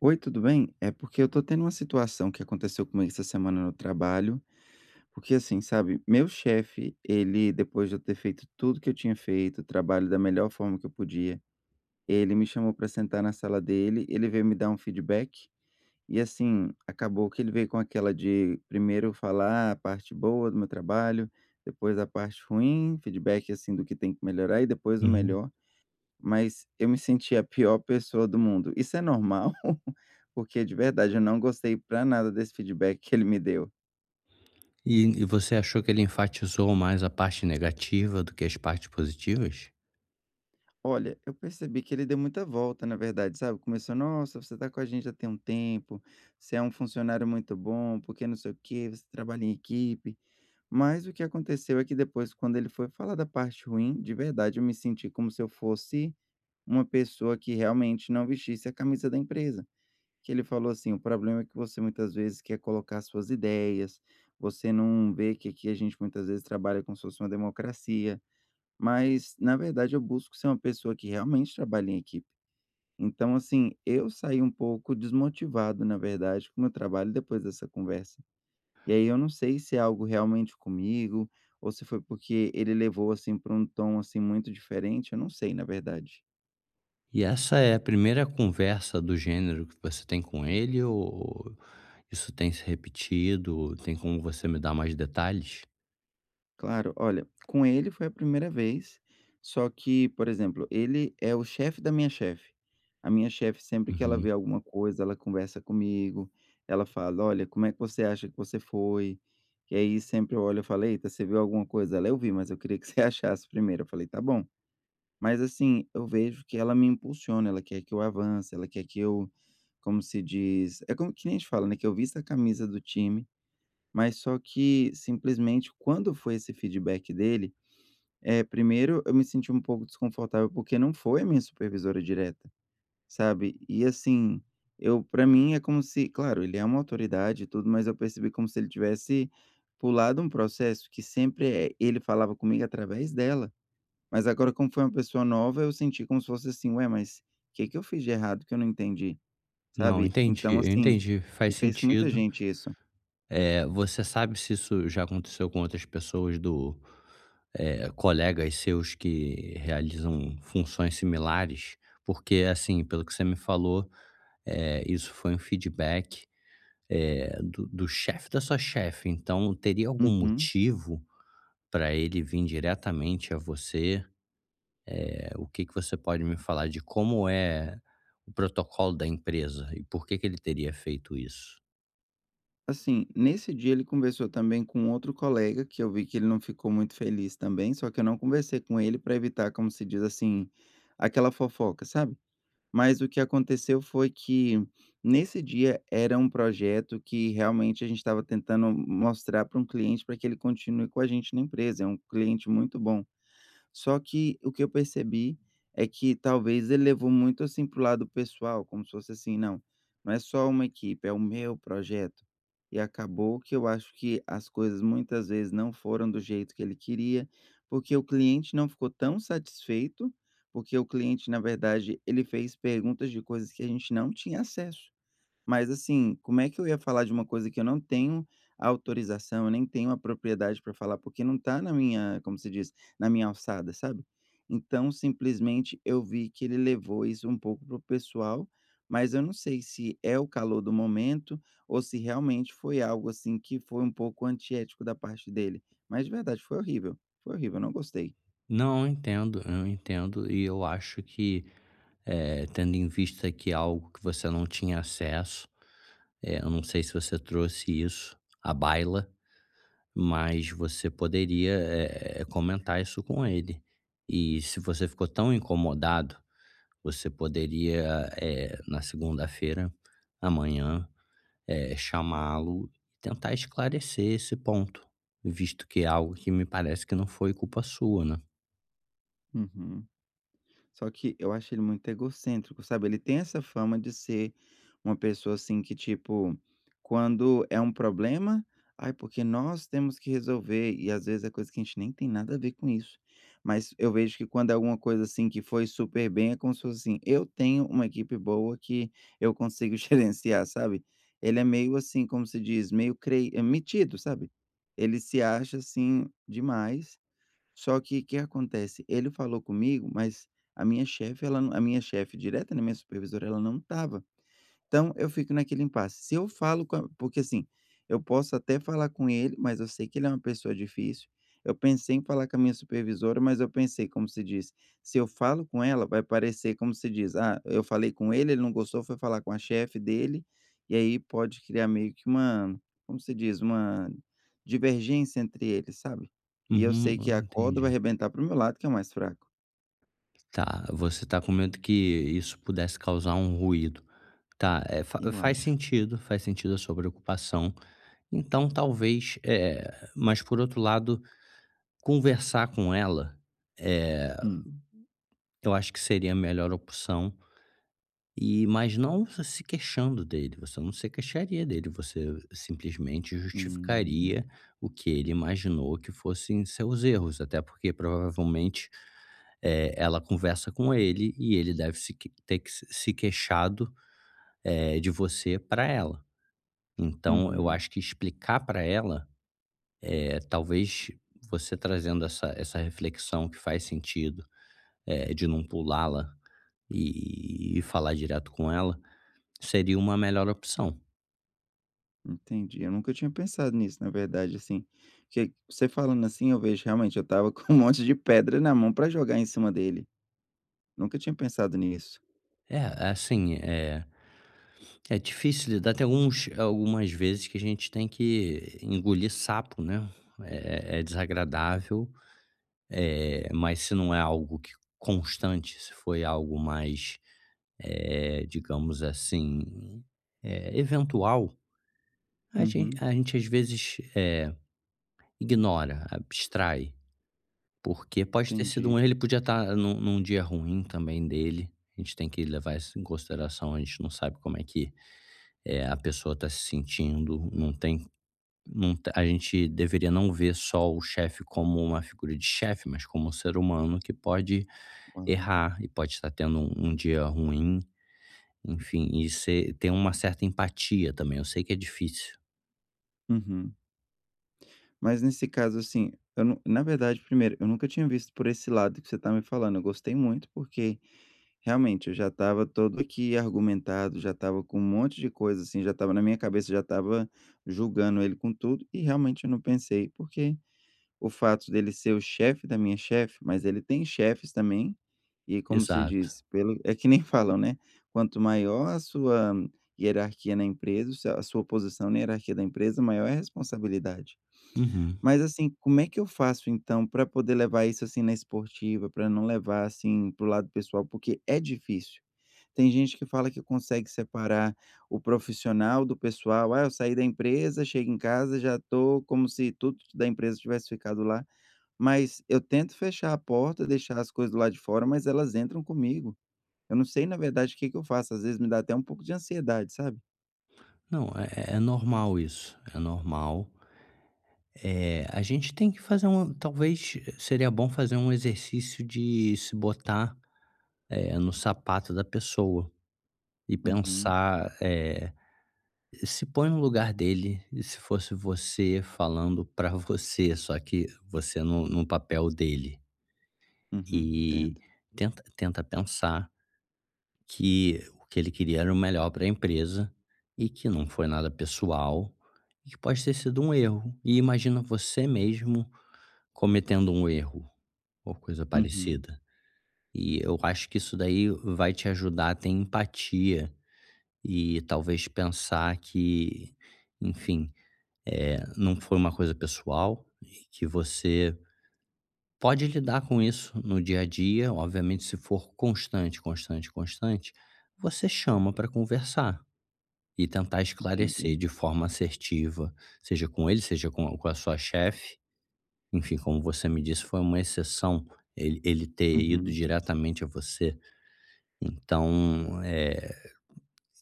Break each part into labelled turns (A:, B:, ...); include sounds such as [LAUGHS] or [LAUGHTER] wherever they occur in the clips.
A: Oi, tudo bem? É porque eu tô tendo uma situação que aconteceu comigo essa semana no trabalho, porque assim, sabe, meu chefe, ele, depois de eu ter feito tudo que eu tinha feito, o trabalho da melhor forma que eu podia, ele me chamou pra sentar na sala dele, ele veio me dar um feedback, e assim, acabou que ele veio com aquela de primeiro falar a parte boa do meu trabalho, depois a parte ruim, feedback assim do que tem que melhorar e depois o
B: Uhum.
A: melhor. Mas eu me senti a pior pessoa do mundo. Isso é normal? [LAUGHS] Porque de verdade eu não gostei pra nada desse feedback que ele me deu.
B: E você achou que ele enfatizou mais a parte negativa do que as partes positivas?
A: Olha, eu percebi que ele deu muita volta, na verdade, sabe? Começou: "Nossa, você tá com a gente já tem um tempo, você é um funcionário muito bom, porque não sei o quê, você trabalha em equipe". Mas o que aconteceu é que depois, quando ele foi falar da parte ruim, de verdade eu me senti como se eu fosse uma pessoa que realmente não vestisse a camisa da empresa. Que ele falou assim: "O problema é que você muitas vezes quer colocar suas ideias, você não vê que aqui a gente muitas vezes trabalha como se fosse uma democracia". Mas, na verdade, eu busco ser uma pessoa que realmente trabalha em equipe. Então, assim, eu saí um pouco desmotivado, na verdade, com o meu trabalho depois dessa conversa. E aí eu não sei se é algo realmente comigo, ou se foi porque ele levou, assim, para um tom, assim, muito diferente, eu não sei, na verdade.
B: E essa é a primeira conversa do gênero que você tem com ele ou isso tem se repetido? Tem como você me dar mais detalhes?
A: Claro, olha, com ele foi a primeira vez, só que, por exemplo, ele é o chefe da minha chefe. A minha chefe, sempre que ela
B: Uhum.
A: vê alguma coisa, ela conversa comigo, ela fala: Olha, como é que você acha que você foi? E aí sempre eu olho e falo: Eita, você viu alguma coisa? Ela, eu vi, mas eu queria que [LAUGHS] você achasse primeiro. Eu falei: Tá bom. Mas assim, eu vejo que ela me impulsiona, ela quer que eu avance, ela quer que eu, como se diz, é como que nem a gente fala, né? Que eu vista a camisa do time, mas só que, simplesmente, quando foi esse feedback dele, é primeiro eu me senti um pouco desconfortável, porque não foi a minha supervisora direta, sabe. E assim, eu, para mim é como se, claro, ele é uma autoridade e tudo, mas eu percebi como se ele tivesse pulado um processo que sempre, ele falava comigo através dela. Mas agora, como foi uma pessoa nova, eu senti como se fosse assim: "Ué, mas o que que eu fiz de errado que eu não entendi?",
B: Não,
A: sabe.
B: entendi,
A: Então
B: eu
A: assim,
B: entendi, faz
A: me fez com muita
B: sentido.
A: gente isso.
B: Você sabe se isso já aconteceu com outras pessoas do colegas seus que realizam funções similares? Porque, assim, pelo que você me falou, isso foi um feedback, do chefe da sua chefe, então teria algum
A: Uhum.
B: motivo para ele vir diretamente a você? O que que você pode me falar de como é o protocolo da empresa e por que que ele teria feito isso?
A: Assim, nesse dia ele conversou também com um outro colega, que eu vi que ele não ficou muito feliz também, só que eu não conversei com ele para evitar, como se diz assim, aquela fofoca, sabe. Mas o que aconteceu foi que, nesse dia, era um projeto que realmente a gente estava tentando mostrar para um cliente para que ele continue com a gente na empresa, é um cliente muito bom. Só que o que eu percebi é que talvez ele levou muito, assim, pro lado pessoal, como se fosse assim: "Não, não é só uma equipe, é o meu projeto". E acabou que eu acho que as coisas muitas vezes não foram do jeito que ele queria, porque o cliente não ficou tão satisfeito, porque o cliente, na verdade, ele fez perguntas de coisas que a gente não tinha acesso. Mas assim, como é que eu ia falar de uma coisa que eu não tenho a autorização, eu nem tenho a propriedade para falar, porque não tá na minha, como se diz? Na minha alçada, sabe. Então, simplesmente, eu vi que ele levou isso um pouco pro pessoal, mas eu não sei se é o calor do momento ou se realmente foi algo, assim, que foi um pouco antiético da parte dele. Mas de verdade, foi horrível, eu não gostei.
B: Não, eu entendo e eu acho que, tendo em vista que é algo que você não tinha acesso, eu não sei se você trouxe isso à baila, mas você poderia, comentar isso com ele. E se você ficou tão incomodado, você poderia, na segunda-feira, amanhã, chamá-lo e tentar esclarecer esse ponto, visto que é algo que me parece que não foi culpa sua, né?
A: Uhum. Só que eu acho ele muito egocêntrico, sabe. Ele tem essa fama de ser uma pessoa, assim, que tipo, quando é um problema: "Ai, porque nós temos que resolver", e às vezes é coisa que a gente nem tem nada a ver com isso. Mas eu vejo que quando é alguma coisa, assim, que foi super bem, é como se fosse assim: "Eu tenho uma equipe boa que eu consigo [LAUGHS] gerenciar", sabe. Ele é meio assim, como se diz, meio metido, sabe. Ele se acha, assim, demais. Só que o que acontece, ele falou comigo, mas a minha chefe, ela não, a minha chefe direta, né, minha supervisora, ela não estava. Então eu fico naquele impasse. Se eu falo com a, porque assim, eu posso até falar com ele, mas eu sei que ele é uma pessoa difícil. Eu pensei em falar com a minha supervisora, mas eu pensei, como se diz, se eu falo com ela, vai parecer como se diz: "Ah, eu falei com ele, ele não gostou, foi falar com a chefe dele", e aí pode criar meio que uma, como se diz, uma divergência entre eles, sabe. E eu
B: Uhum,
A: sei que a corda vai
B: entendi.
A: arrebentar pro meu lado, que é o mais fraco,
B: Tá, você tá com medo que isso pudesse causar um ruído. Tá, eh, fa
A: eu acho.
B: faz sentido a sua preocupação. Então, talvez, mas por outro lado, conversar com ela,
A: Hum,
B: eu acho que seria a melhor opção, e mas não se queixando dele, você não se queixaria dele, você simplesmente
A: hum,
B: justificaria o que ele imaginou que fossem seus erros, até porque provavelmente, ela conversa com ele e ele deve se que ter que se queixado, de você para ela. Então eu
A: uhum.
B: acho que explicar para ela, talvez você trazendo essa reflexão que faz sentido, de não pulá-la e falar direto com ela, seria uma melhor opção.
A: Entendi. Eu nunca tinha pensado nisso, na verdade, assim, que você falando assim, eu vejo realmente, eu estava [LAUGHS] com um monte de pedra na mão pra jogar em cima dele. Nunca tinha pensado nisso.
B: É, assim, é, é difícil lidar. Tem alguns, algumas vezes que a gente tem que engolir sapo, né? É, é desagradável, é, mas se não é algo que constante, se foi algo mais, é, digamos assim, é, eventual,
A: Uhum,
B: a gente às vezes é, ignora, abstrai. Porque pode ter sido
A: entendi.
B: um erro, ele podia estar num dia ruim também dele. A gente tem que levar isso em consideração, a gente não sabe como é que, a pessoa está se sentindo, não tem não t a gente deveria não ver só o chefe como uma figura de chefe, mas como um ser humano que pode
A: Uau.
B: errar e pode estar tendo um dia ruim, enfim, e ser ter uma certa empatia também, eu sei que é difícil.
A: Uhum. Mas nesse caso, assim, eu não na verdade, primeiro, eu nunca tinha visto por esse lado que você tá me falando. Eu gostei muito, porque realmente eu já estava todo aqui argumentado, já estava com um monte de coisa, assim, já estava na minha cabeça, já estava julgando ele com tudo, e realmente eu não pensei, porque o fato dele ser o chefe da minha chefe, mas ele tem chefes também, e, como se
B: Exato.
A: diz, pelo é que nem [LAUGHS] falam, né, quanto maior a sua hierarquia na empresa, o seu a sua posição na hierarquia da empresa, maior é a responsabilidade.
B: Uhum.
A: Mas assim, como é que eu faço então para poder levar isso, assim, na esportiva, para não levar, assim, pro lado pessoal? Porque é difícil. Tem gente que fala que consegue separar o profissional do pessoal: "Ah, eu saí da empresa, chego em casa, já tô como se tudo da empresa tivesse ficado lá". Mas eu tento fechar a porta, deixar as coisas do lado de fora, mas elas entram comigo. Eu não sei, na verdade, o que que eu faço. Às vezes me dá até um pouco de ansiedade, sabe.
B: Não, é normal isso, é normal. É, a gente tem que fazer um talvez seria bom fazer um exercício de se botar, no sapato da pessoa e
A: Uhum,
B: pensar, se põe no lugar dele, e se fosse você falando pra você, só que você no papel dele.
A: uhum,
B: E
A: entendo.
B: tenta pensar que o que ele queria era o melhor para a empresa e que não foi nada pessoal e que pode ter sido um erro. E imagina você mesmo cometendo um erro ou coisa
A: Uhum,
B: parecida. E eu acho que isso daí vai te ajudar a ter empatia e talvez pensar que, enfim, é não foi uma coisa pessoal e que você pode lidar com isso no dia a dia. Obviamente, se for constante, constante, constante, você chama para conversar e tentar esclarecer
A: entendi.
B: de forma assertiva, seja com ele, seja com a sua chefe. Enfim, como você me disse, foi uma exceção ele ter ido
A: Uhum,
B: diretamente a você. Então,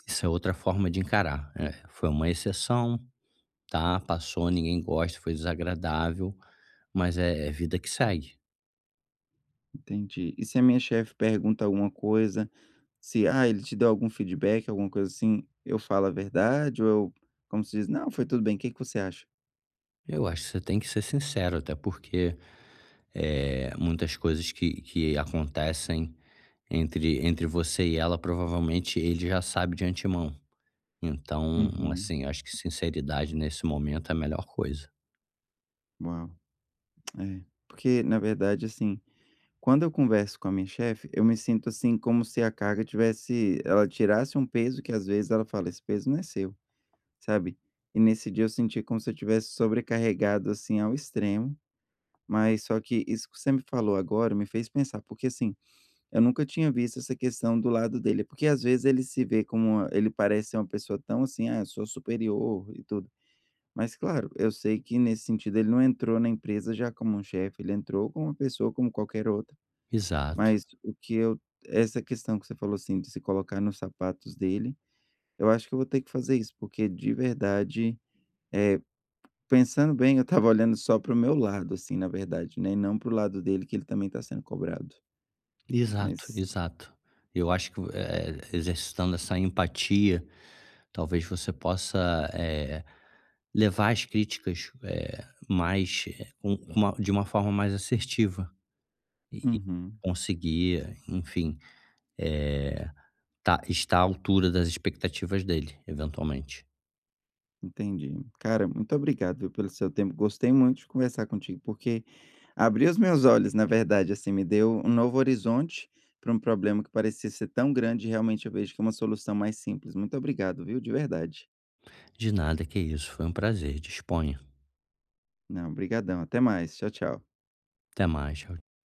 B: isso é outra forma de encarar, foi uma exceção, tá, passou, ninguém gosta, foi desagradável, mas é vida que segue.
A: entendi. E se a minha chefe pergunta alguma coisa, se, ah, ele te deu algum feedback, alguma coisa assim, eu falo a verdade ou eu, como se diz: "Não, foi tudo bem, o que que você acha?"
B: Eu acho que você tem que ser sincero, até porque, muitas coisas que acontecem entre você e ela, provavelmente ele já sabe de antemão. Então,
A: Uhum,
B: assim, acho que sinceridade nesse momento é a melhor coisa.
A: uau. É, porque na verdade, assim, quando eu converso com a minha chefe, eu me sinto assim como se a carga, tivesse, ela tirasse um peso, que às vezes ela fala: "Esse peso não é seu", sabe. E nesse dia eu senti como se eu tivesse sobrecarregado, assim, ao extremo, mas só que isso que você me falou agora me fez pensar, porque assim, eu nunca tinha visto essa questão do lado dele, porque às vezes ele se vê como ele parece ser uma pessoa tão assim: "Ah, eu sou superior e tudo". Mas claro, eu sei que nesse sentido ele não entrou na empresa já como um chefe, ele entrou como uma pessoa como qualquer outra.
B: Exato.
A: Mas o que eu essa questão que você falou, assim, de se colocar nos sapatos dele, eu acho que eu vou ter que fazer isso, porque de verdade, eh, pensando bem, eu estava olhando só pro meu lado, assim, na verdade, né, e não pro lado dele, que ele também está sendo cobrado.
B: Exato,
A: Mas
B: exato. Eu acho que, exercitando essa empatia, talvez você possa, levar as críticas, com uma de uma forma mais assertiva e
A: uhum,
B: conseguir, enfim, eh, tá estar à altura das expectativas dele, eventualmente.
A: entendi. Cara, muito obrigado, viu, pelo seu tempo. Gostei muito de conversar contigo, porque abriu os meus olhos, na verdade, assim, me deu um novo horizonte para um problema que parecia ser tão grande, e realmente eu vejo que é uma solução mais simples. Muito obrigado, viu, de verdade.
B: De nada, que isso, foi um prazer, disponha.
A: Não, brigadão. Até mais. Tchau, tchau.
B: Até mais, tchau.